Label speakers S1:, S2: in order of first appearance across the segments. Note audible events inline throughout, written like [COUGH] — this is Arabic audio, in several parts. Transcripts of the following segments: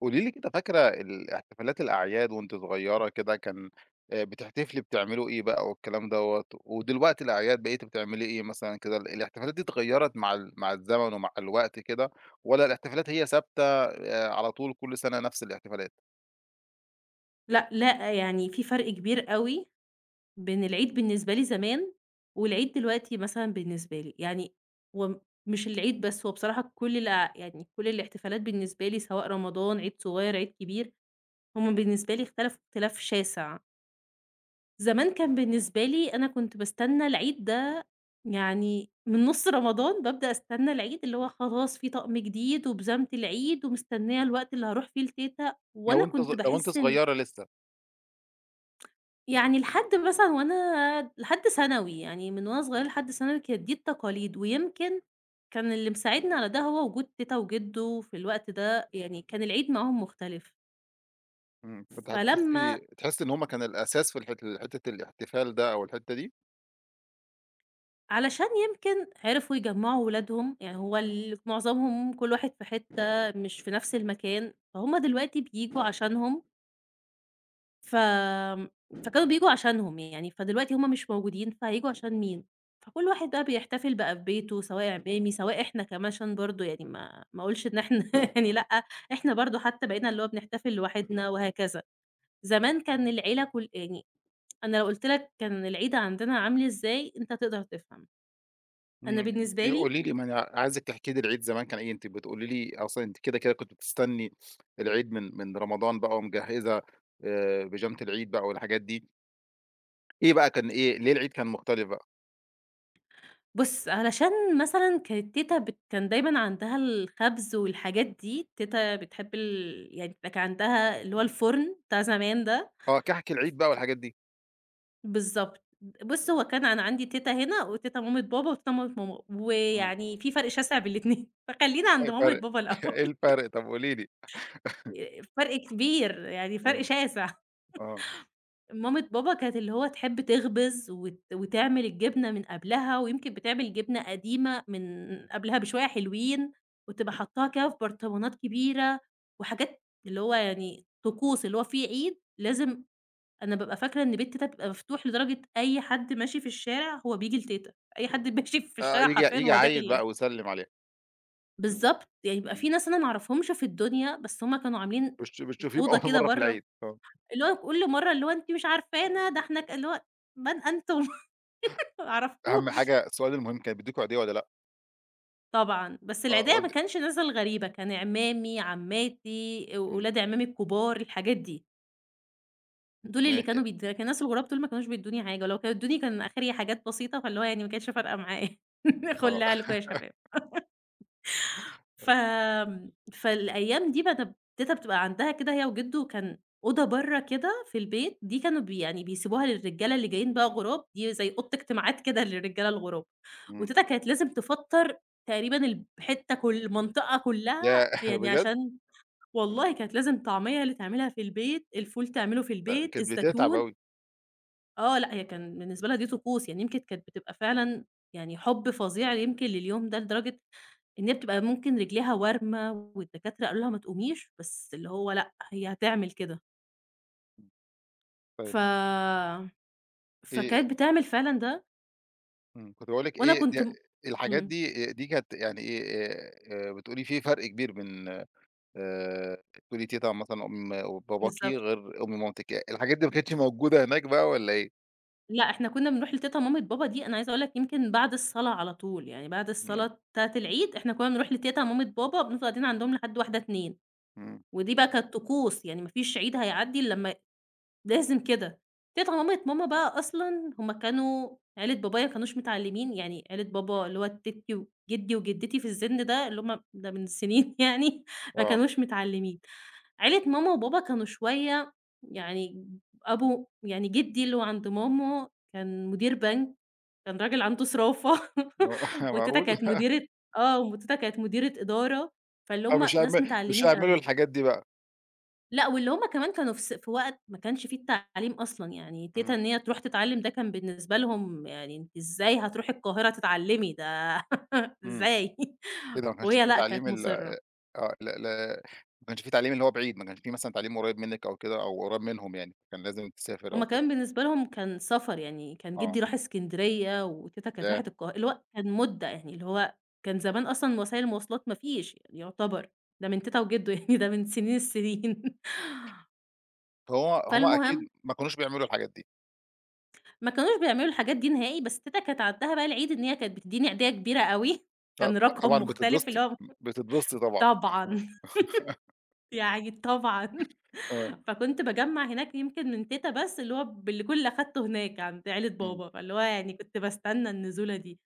S1: قولي لي كده، فاكرة احتفالات الأعياد وأنتِ صغيرة كده، كان بتحتفلي، بتعملوا إيه بقى والكلام دوّة؟ ودلوقتي الأعياد بقيتِ بتعملي إيه مثلًا كده، الاحتفالات دي اتغيّرت مع مع الزمن ومع الوقت كده، والّا الاحتفالات هي ثابتة على طول كل سنة نفس الاحتفالات؟
S2: لأ، لأ، يعني في فرق كبير أوي بين العيد بالنسبة لي زمان، والعيد دلوقتي مثلًا بالنسبة لي، يعني هو مش العيد بس، هو بصراحة كل الأع يعني كل الاحتفالات بالنسبة لي سواء رمضان، عيد صغير، عيد كبير، هم بالنسبة لي اختلفوا اختلاف شاسع. زمان كان بالنسبة لي أنا كنت باستنى العيد ده يعني من نُص رمضان بابدأ أستنى العيد، اللي هو خلاص في طقم جديد وبيجامة العيد ومستنية الوقت اللي هاروح فيه لتيتة، وأنا كنت
S1: لو أنتِ
S2: باحس إن
S1: صغيرة لسه؟
S2: يعني لحد مثلًا وأنا لحد ثانوي، يعني من وأنا صغيرة لحد ثانوي كانت دي التقاليد، ويمكن كان اللي مساعدني على ده هو وجود تيتة وجدو في الوقت ده، يعني كان العيد معاهم مختلف،
S1: كنتِ
S2: فلمّا
S1: هتحسي تحسي إن هم كان الأساس في حتة الاحتفال ده أو الحتة دي؟
S2: علشان يمكن عرفوا يجمّعوا ولادهم، يعني هو ال معظمهم كل واحد في حتة مش في نفس المكان، فهُم دلوقتي بييجوا عشانهم ف فكانوا بييجوا عشانهم يعني، فدلوقتي هُم مش موجودين، فهييجوا عشان مين؟ فكل واحد بقى بيحتفل بقى في بيته، سواء عمامي، سواء إحنا كمان عشان برضه يعني ما أقولش إن إحنا [LAUGHS] يعني لأ، إحنا برضه حتى بقينا اللي هو بنحتفل لوحدنا وهكذا. زمان كان العيلة كل يعني أنا لو قُلت لك كان العيد عندنا عامل إزاي، أنت هتقدر تفهم. أنا
S1: أنتِ
S2: بالنسبة لي
S1: قولي لي، ما أنا عايزِك تحكي لي العيد زمان كان إيه، أنتِ بتقولي لي أصلًا أنتِ كده، كده كنتِ بتستني العيد من رمضان بقى ومجهّزة، بيجامة العيد بقى والحاجات دي، إيه بقى كان، إيه ليه العيد كان مختلف بقى؟
S2: بُص، علشان مثلًا كانت تيتة بت كان دايمًا عندها الخبز والحاجات دي، تيتة بتحب ال يعني بيبقى كان عندها اللي هو الفرن بتاع زمان ده،
S1: آه، كحك العيد بقى والحاجات دي.
S2: بالضبط. بُص، هو كان أنا عندي تيتة هنا وتيتة مامة بابا وتيتة مامة ماما،
S1: إمم،
S2: ويعني في فرق شاسع بين الاتنين، [LAUGHS] فخلّينا
S1: إيه
S2: عند مامة
S1: الفرق،
S2: بابا
S1: [LAUGHS]
S2: الأول.
S1: إيه الفرق، طب قولي لي؟
S2: [LAUGHS] فرق كبير، يعني فرق
S1: آه،
S2: شاسع.
S1: آه،
S2: مامة بابا كانت اللي هو تحب تخبز وتعمل الجبنة من قبلها، ويمكن بتعمل جبنة قديمة من قبلها بشوية حلوين، وتبقى حاطاها كده في برطمانات كبيرة، وحاجات اللي هو يعني طقوس، اللي هو في عيد لازم. أنا بابقى فاكرة إن بيت تيتة بيبقى مفتوح لدرجة أي حد ماشي في الشارع هو بييجي لتيتة، أي حد [LAUGHS] ماشي في
S1: آه،
S2: الشارع
S1: ييجي،
S2: حرفيًا
S1: ييجي
S2: هو داخل
S1: عيّل
S2: يعني
S1: بقى ويسلِّم عليها.
S2: بالضبط، يعني بيبقى في
S1: إمم،
S2: ناس أنا ما أعرفهمش في الدنيا، بس هُم كانوا عاملين
S1: بتشوفيهم
S2: أوضة
S1: أول [LAUGHS]
S2: كده
S1: مرّة في
S2: برّه
S1: العيد، آه.
S2: اللي هو كل مرّة اللي هو أنتِ مش عارفانا، ده إحنا ك اللي هو من أنتم؟ [LAUGHS] ما
S1: أهم
S2: أعرفكوش.
S1: حاجة، السؤال المهم، كانوا بيدّوكوا عيدية والّا لأ؟
S2: طبعًا، بس
S1: آه،
S2: العيديّة
S1: ود
S2: ما كانش ناس غريبة، كان عمامي، عمّاتي،
S1: إمم.
S2: ولاد عمامي الكبار، الحاجات دي، دول اللي
S1: ماشي.
S2: كانوا بيد، لكن الناس الغراب دول ما كانوش بيدّوني حاجة، ولو كانوا ادّوني كان آخري حاجات بسيطة، فاللي هو يعني ما كانتش فارقة معايا. [LAUGHS]
S1: آه،
S2: خُلّها لكم يا
S1: [LAUGHS]
S2: شباب. ف
S1: آه،
S2: فالأيام دي تيتة بتبقى عندها كده هي وجدو، كان أوضة برّه كده في البيت، دي كانوا يعني بيسيبوها للرجالة اللي جايين بقى غُراب، دي زي أوضة اجتماعات كده للرجالة الغُراب،
S1: إمم.
S2: وتيتة كانت لازم تفطّر تقريبًا كل المنطقة كلّها،
S1: ياه! [LAUGHS]
S2: يعني
S1: بجد؟!
S2: عشان والله كانت لازم طعمية اللي تعملها في البيت، الفول تعمله في
S1: لأ،
S2: البيت،
S1: كانت بتتعب
S2: الزيتون.
S1: أوي.
S2: آه، لأ هي كان بالنسبة لها دي طقوس، يعني يمكن كانت بتبقى فعلًا يعني حُب فظيع يمكن لليوم ده، لدرجة إن هي بتبقى ممكن رجليها وارمة والدكاترة قالوا لها ما تقوميش، بس اللي هو لأ، هي هتعمل كده.
S1: طيب،
S2: ف
S1: إيه
S2: فكانت بتعمل فعلًا ده،
S1: إمم. كنت باقول لِك
S2: وأنا
S1: إيه
S2: كنت م.
S1: الحاجات
S2: إمم،
S1: دي، دي كانت يعني إيه؟ بتقولي في فرق كبير بين، بتقولي تيتة مثلًا أم باباكِ
S2: بالضبط.
S1: غير أم مامتِك، الحاجات دي ما كانتش موجودة هناك بقى والّا إيه؟
S2: لأ إحنا كنا بنروح لتيتة مامة بابا دي، أنا عايزة أقول لك يمكن بعد الصلاة على طول، يعني بعد
S1: إمم،
S2: الصلاة بتاعة العيد إحنا كنا بنروح لتيتة مامة بابا، بنفضل قاعدين عندهم لحد 13:00، 14:00،
S1: إمم،
S2: ودي بقى كانت طقوس، يعني ما فيش عيد هيعدّي إلا لمّا لازم كده. تيتة مامت ماما بقى أصلًا هُم كانوا عيلة بابايا ما كانوش متعلمين، يعني عيلة بابا اللي هو تيتي وجدي وجدتي في السن ده اللي هُم ده من سنين [LAUGHS] يعني ما
S1: آه،
S2: كانوش متعلمين. عيلة ماما وبابا كانوا شوية يعني أبو يعني جدي اللي هو عند ماما كان مدير بنك، كان راجل عنده صرافة
S1: [LAUGHS] م
S2: [LAUGHS] وتيتة
S1: معقول!
S2: كانت مديرة. آه، وتيتة كانت مديرة إدارة، فاللي
S1: آه،
S2: هُم ناس
S1: مش
S2: متعلمين
S1: هيعملوا
S2: أوي.
S1: الحاجات دي بقى.
S2: لأ، واللي هم كمان كانوا في وقت ما كانش فيه التعليم أصلًا، يعني تيتة
S1: إمم،
S2: إن هي تروح تتعلّم ده كان بالنسبة لهم يعني أنتِ إزاي هتروحي القاهرة تتعلّمي ده [LAUGHS]
S1: إمم،
S2: إزاي؟
S1: إيه ده، ما كانش
S2: وهي
S1: في
S2: لأ، كانت
S1: تعليم ال
S2: مُصرّة.
S1: آه، لا، لا، ما كانش في تعليم اللي هو بعيد، ما كانش في مثلًا تعليم قريب منِك أو كده، أو قريب منهم يعني، كان لازم تسافر
S2: هم
S1: أو كده.
S2: كمان بالنسبة لهم كان سفر، يعني كان
S1: آه،
S2: جدي راح اسكندرية وتيتة كانت
S1: ياه!
S2: راحت القاه اللي هو كان مدة، يعني اللي هو كان زمان أصلًا وسائل المواصلات ما فيش يعني يعتبر، ده من تيتة وجدو [LAUGHS] يعني ده من سنين السنين.
S1: هو هم أكيد
S2: فالمهم
S1: ما كانوش بيعملوا الحاجات دي.
S2: ما كانوش بيعملوا الحاجات دي نهائي، بس تيتة كانت عندها بقى العيب إن هي كانت بتدّيني هدية كبيرة أوي، [LAUGHS]
S1: ط
S2: كان
S1: طبعًا
S2: رقم مختلف
S1: بتتبسطي،
S2: اللي هو
S1: بتتبسطي طبعًا.
S2: طبعًا، [LAUGHS] يعني طبعًا،
S1: آه،
S2: فكنت باجمّع هناك يمكن من تيتة بس اللي هو بالكل اللي أخدته هناك عند عيلة
S1: إمم،
S2: بابا، فاللي هو يعني كنت باستنى النزولة دي،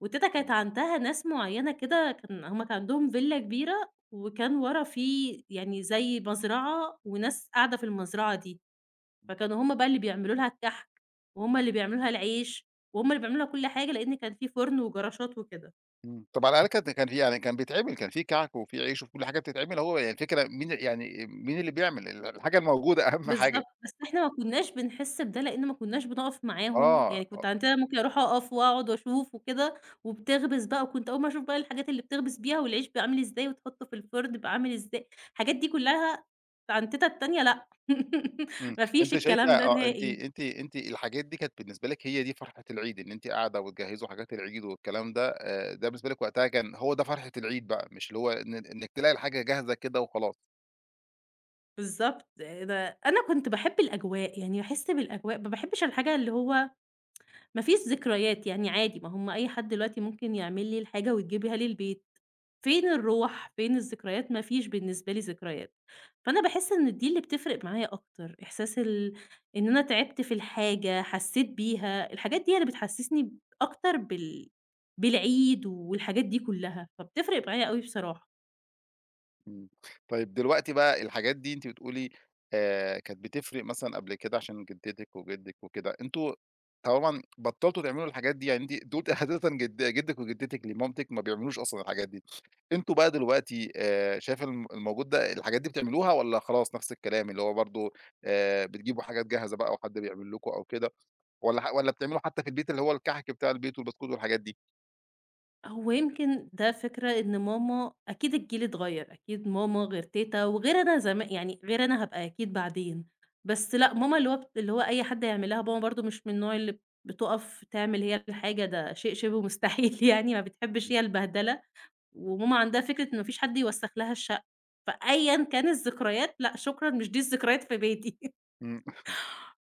S2: وتيتة
S1: إمم،
S2: كانت عندها ناس معيّنة كده، كان هم كان عندهم فيلا كبيرة، وكان ورا في يعني زي مزرعة وناس قاعدة في المزرعة دي. فكانوا هم بقى اللي بيعملوا لها الكحك، وهُم اللي بيعملوا لها العيش، وهُم اللي بيعملوا لها كل حاجة، لإن كان في فرن وجراشات وكده.
S1: إمم. طب على الأقل كانت، كان في يعني، كان بيتعمل، كان في كعك وفي عيش وفي كل حاجة بتتعمل، هو يعني الفكرة مين يعني، مين اللي بيعمل، الحاجة الموجودة أهم حاجة.
S2: بالضبط، بس إحنا ما كناش بنحس بده لإن ما كناش بنقف معاهم،
S1: آه،
S2: يعني
S1: آه،
S2: كنت عندنا ممكن أروح أقف وأقعد وأشوف وكده، وبتخبز بقى، وكنت أول ما أشوف بقى الحاجات اللي بتخبز بيها، والعيش بيبقى عامل إزاي، وتحطه في الفرن بيبقى عامل إزاي، الحاجات دي كلها عند تيتة التانية لأ،
S1: إمم،
S2: [LAUGHS] ما فيش
S1: أنتِ شايفة
S2: الكلام ده
S1: آه، أنتِ
S2: نهائي.
S1: أنتِ أنتِ الحاجات دي كانت بالنسبة لِك هي دي فرحة العيد، إن أنتِ قاعدة وتجهّزوا حاجات العيد والكلام ده، ده بالنسبة لِك وقتها كان هو ده فرحة العيد بقى، مش اللي هو إن إنِّك تلاقي الحاجة جاهزة كده وخلاص.
S2: بالضبط، ده أنا كنت باحب الأجواء، يعني باحس بالأجواء، ما باحبش الحاجة اللي هو ما فيش ذكريات، يعني عادي ما هم أي حد دلوقتي ممكن يعمل لي الحاجة ويجيبها لي البيت، فين الروح، فين الذكريات، ما فيش بالنسبة لي ذكريات، فأنا باحس إن دي اللي بتفرق معايا أكتر، إحساس ال إن أنا تعبت في الحاجة، حسيت بيها، الحاجات دي هي اللي بتحسسني أكتر بالعيد والحاجات دي كلها، فبتفرق معايا أوي بصراحة.
S1: إمم. طيب دلوقتي بقى الحاجات دي أنتِ بتقولي كانت بتفرق مثلًا قبل كده، عشان جدتِك وجدِّك وكده، أنتم طبعًا بطّلتوا تعملوا الحاجات دي، يعني أنتِ دول عادةً جدِّك وجدتِك اللي مامتِك ما بيعملوش أصلًا الحاجات دي، أنتم بقى دلوقتي شايفة الموجود ده الحاجات دي بتعملوها والّا خلاص نفس الكلام، اللي هو برضه بتجيبوا حاجات جاهزة بقى وحد بيعمل لكم أو كده، والّا بتعملوا حتى في البيت اللي هو الكحك بتاع البيت والبسكوت والحاجات دي؟
S2: هو يمكن ده فكرة إن ماما أكيد الجيل اتغيّر، أكيد ماما غير تيتة وغير أنا يعني غير أنا هابقى أكيد بعدين، بس لأ ماما اللي هو اللي هو أي حد يعمل لها، ماما برضه مش من النوع اللي بتُقف تعمل هي الحاجة، ده شيء شبه مستحيل، [LAUGHS] يعني ما بتحبش هي البهدلة، وماما عندها فكرة إن ما فيش حد يوسّخ لها الشقة، فأيًا كان الذكريات لأ شكرًا مش دي الذكريات في بيتي.
S1: إمم.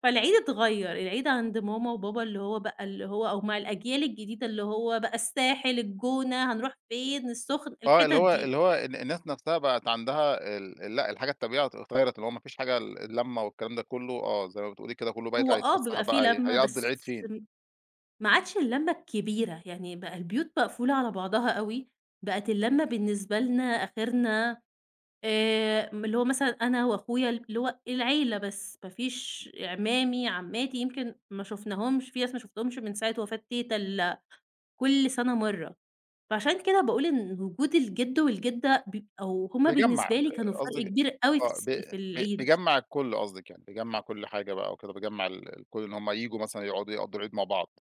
S2: فالعيد اتغيّر، العيد عند ماما وبابا اللي هو بقى اللي هو أو مع الأجيال الجديدة اللي هو بقى الساحل، الجونة، هنروح فين، السخن،
S1: آه،
S2: الحتت
S1: اللي هو
S2: دي.
S1: اللي هو الناس نَفْسها بقت عندها لأ، الحاجة الطبيعة اتغيّرت، اللي هو ما فيش حاجة اللمّة والكلام ده كُلّه، آه، زي ما بتقولي كده، كُلّه بقى
S2: هو
S1: يطلع
S2: آه،
S1: يتفسّح
S2: بيبقى في
S1: بقى،
S2: لمّة
S1: هيقضّي
S2: بس
S1: العيد فين.
S2: ما عادش اللمّة الكبيرة، يعني بقى البيوت مقفولة على بعضها أوي، بقت اللمّة بالنسبة لنا آخرنا اللي هو مثلًا أنا وأخويا اللي هو العيلة بس، ما فيش عمامي، عماتي، يمكن ما شُفناهمش في ناس ما شُفتهمش من ساعة وفاة تيتة إلا كل سَنة مرّة. فعشان كده باقول إن وجود الجد والجدة أو هُم
S1: بيجمّع
S2: بالنسبة
S1: ب
S2: لي كانوا فرق
S1: قصدِك
S2: كبير أوي
S1: آه، ب
S2: في
S1: ب
S2: العيد،
S1: بيجمّع الكل قصدِك يعني، بيجمّع كل حاجة بقى وكده، بيجمّع الكل إن هم ييجوا مثلًا يقعدوا يقضّوا العيد مع بعض.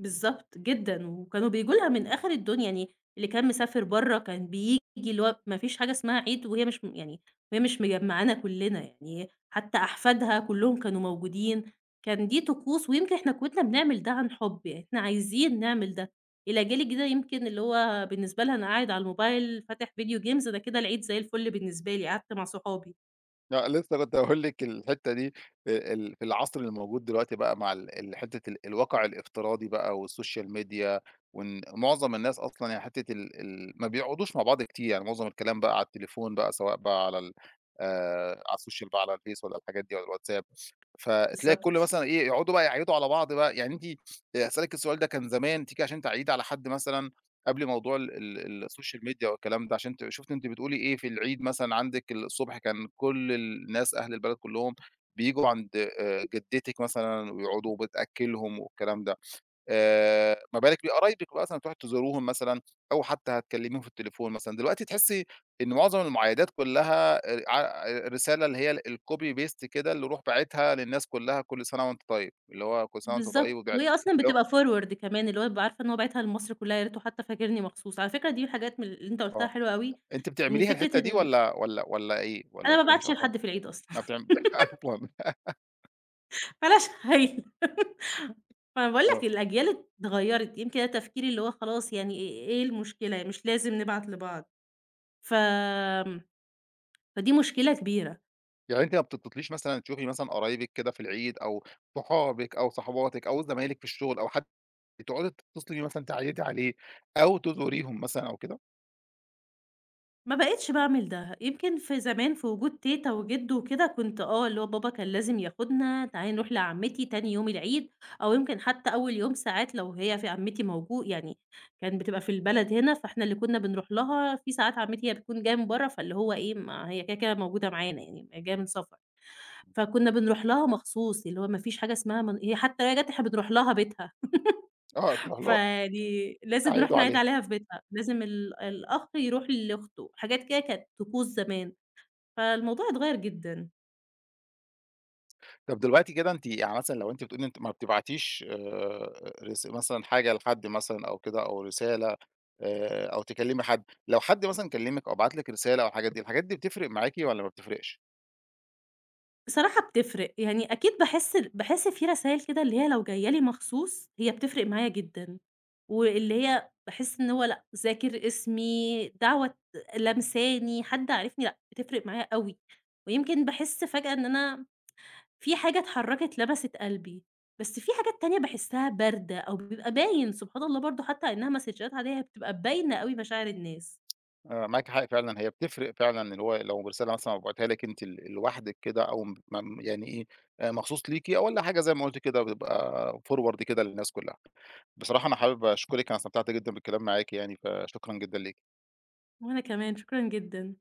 S2: بالضبط جدًا، وكانوا بييجوا لها من آخر الدنيا، يعني اللي كان مسافر برّه كان بييجي اللي هو ما فيش حاجة اسمها عيد وهي مش م يعني وهي مش مجمّعانا كلّنا، يعني حتى أحفادها كلّهم كانوا موجودين، كان دي طقوس ويمكن إحنا كُنّا بنعمل ده عن حُب، يعني إحنا عايزين نعمل ده. الأجيال الجديدة يمكن اللي هو بالنسبة لها أنا قاعد على الموبايل فاتح فيديو جيمز، أنا كده العيد زي الفل بالنسبة لي، قعدت مع صحابي.
S1: لأ، لسه كنت هاقول لِك الحتّة دي، ال في العصر الموجود دلوقتي بقى مع ال ال حتّة الواقع الافتراضي بقى والسوشيال ميديا، وإن معظم الناس أصلًا يعني حتّة ال ال ما بيقعدوش مع بعض كتير، يعني معظم الكلام بقى على التليفون بقى، سواء بقى على ال على السوشيال بقى، على الفيس والّا الحاجات دي والّا الواتساب، فتلاقي الكل
S2: بالضبط.
S1: مثلًا إيه، يقعدوا بقى يعيّدوا على بعض بقى، يعني أنتِ، هاسألِك السؤال ده، كان زمان تيجي عشان تعيّدي على حد مثلًا قبل موضوع ال ال السوشيال ميديا والكلام ده، عشان أنتِ شُفتِ، أنتِ بتقولي إيه، في العيد مثلًا عندِك الصبح كان كل الناس أهل البلد كلّهم بييجوا عند جدتِك مثلًا ويقعدوا وبتأكّلهم والكلام ده، ما بالِك بقرايبِك بقى، مثلًا تروحي تزوريهم مثلًا أو حتى هتكلّميهم في التليفون مثلًا، دلوقتي تحسّي إن معظم المُعايدات كلّها ع رسالة اللي هي الcopy paste كده، اللي روح باعتها للناس كلّها، كل سَنة وأنت طيب، اللي هو كل سَنة وأنت طيب
S2: بالضبط،
S1: وبِعِدت.
S2: وهي أصلًا بتبقى forward كمان، اللي هو بابقى عارفة إن هو باعتها لمصر كلّها، يا ريته حتى فاكرني مخصوص، على فكرة دي حاجات من اللي أنت قُلتها حلوة أوي،
S1: أنتِ
S2: إن
S1: بتعمليها الحتّة
S2: فكرة
S1: دي،
S2: إن
S1: والّا إيه، والّا ما
S2: أنا ما
S1: بتعمليش
S2: بابعتش
S1: أصلًا؟
S2: لحد في العيد أصلًا.
S1: ما بتعم
S2: [LAUGHS]
S1: [LAUGHS] أصلًا؟
S2: بلاش هايلة. فأنا باقول
S1: آه،
S2: لك الأجيال اتغيّرت، يمكن ده تفكيري اللي هو خلاص يعني إيه المشكلة، مش لازم نبعت لبعض، ف فدي مشكلة كبيرة.
S1: يعني أنتِ ما بتطلُّبيش مثلًا تشوفي مثلًا قرايبِك كده في العيد، أو صحابِك أو صحباتِك أو زمايلِك في الشغل، أو حد تقعدي تتصلي مثلًا تعيّدي عليه، أو تزوريهم مثلًا أو كده؟
S2: ما بقيتش باعمل ده، يمكن في زمان في وجود تيتة وجِد وكده كنت آه، اللي هو بابا كان لازم ياخدنا تعالي نروح لعمتي تاني يوم العيد، أو يمكن حتى أول يوم ساعات لو هي في عمتي موجو يعني كانت بتبقى في البلد هنا، فإحنا اللي كنا بنروح لها، في ساعات عمتي هي بتكون جاية من برّه، فاللي هو إيه ما هي كده، كده موجودة معانا يعني هي جاية من سفر، فكنا بنروح لها مخصوص، اللي هو ما فيش حاجة اسمها من هي حتى لو هي جات إحنا بنروح لها بيتها.
S1: آه، تروحي له
S2: فدي لازم نروح
S1: تعيّدوا
S2: نعيد
S1: عليه.
S2: عليها في بيتها، لازم الأخ يروح لأخته، حاجات كده كانت طقوس زمان، فالموضوع اتغيّر جدًا.
S1: طَب دلوقتي كده أنتِ يعني مثلًا، لو أنتِ بتقولي أنتِ ما بتبعتيش رس مثلًا حاجة لحد مثلًا أو كده، أو رسالة أو تكلّمي حد، لو حد مثلًا كلّمِك أو بعت لِك رسالة أو الحاجات دي، الحاجات دي بتفرق معاكِ والّا ما بتفرقش؟
S2: بصراحة بتفرق، يعني أكيد باحس في رسايل كده اللي هي لو جاية لي مخصوص هي بتفرق معايا جدًا، واللي هي باحس إن هو لأ، ذاكر اسمي، دعوة لمساني، حد عارفني لأ، بتفرق معايا أوي، ويمكن باحس فجأة إن أنا في حاجة اتحرّكت لمَسِت قلبي، بس في حاجات تانية باحسّها باردة أو بيبقى باين سبحان الله برضه حتى على إنها مسدجات عادية هي بتبقى باينة أوي مشاعر الناس.
S1: آه، معاكِ حق فعلًا، هي بتفرق فعلًا، اللي هو لو رسالة مثلًا مبعوتاها لِك أنتِ لوحدِك كده، أو م م يعني إيه، مخصوص ليكِ، أو والّا حاجة زي ما قُلتِ كده بتبقى forward كده للناس كلّها. بصراحة أنا حابب أشكرِك، أنا استمتعت جدًا بالكلام معاكِ يعني، فشكرًا جدًا ليكِ.
S2: وأنا كمان، شكرًا جدًا.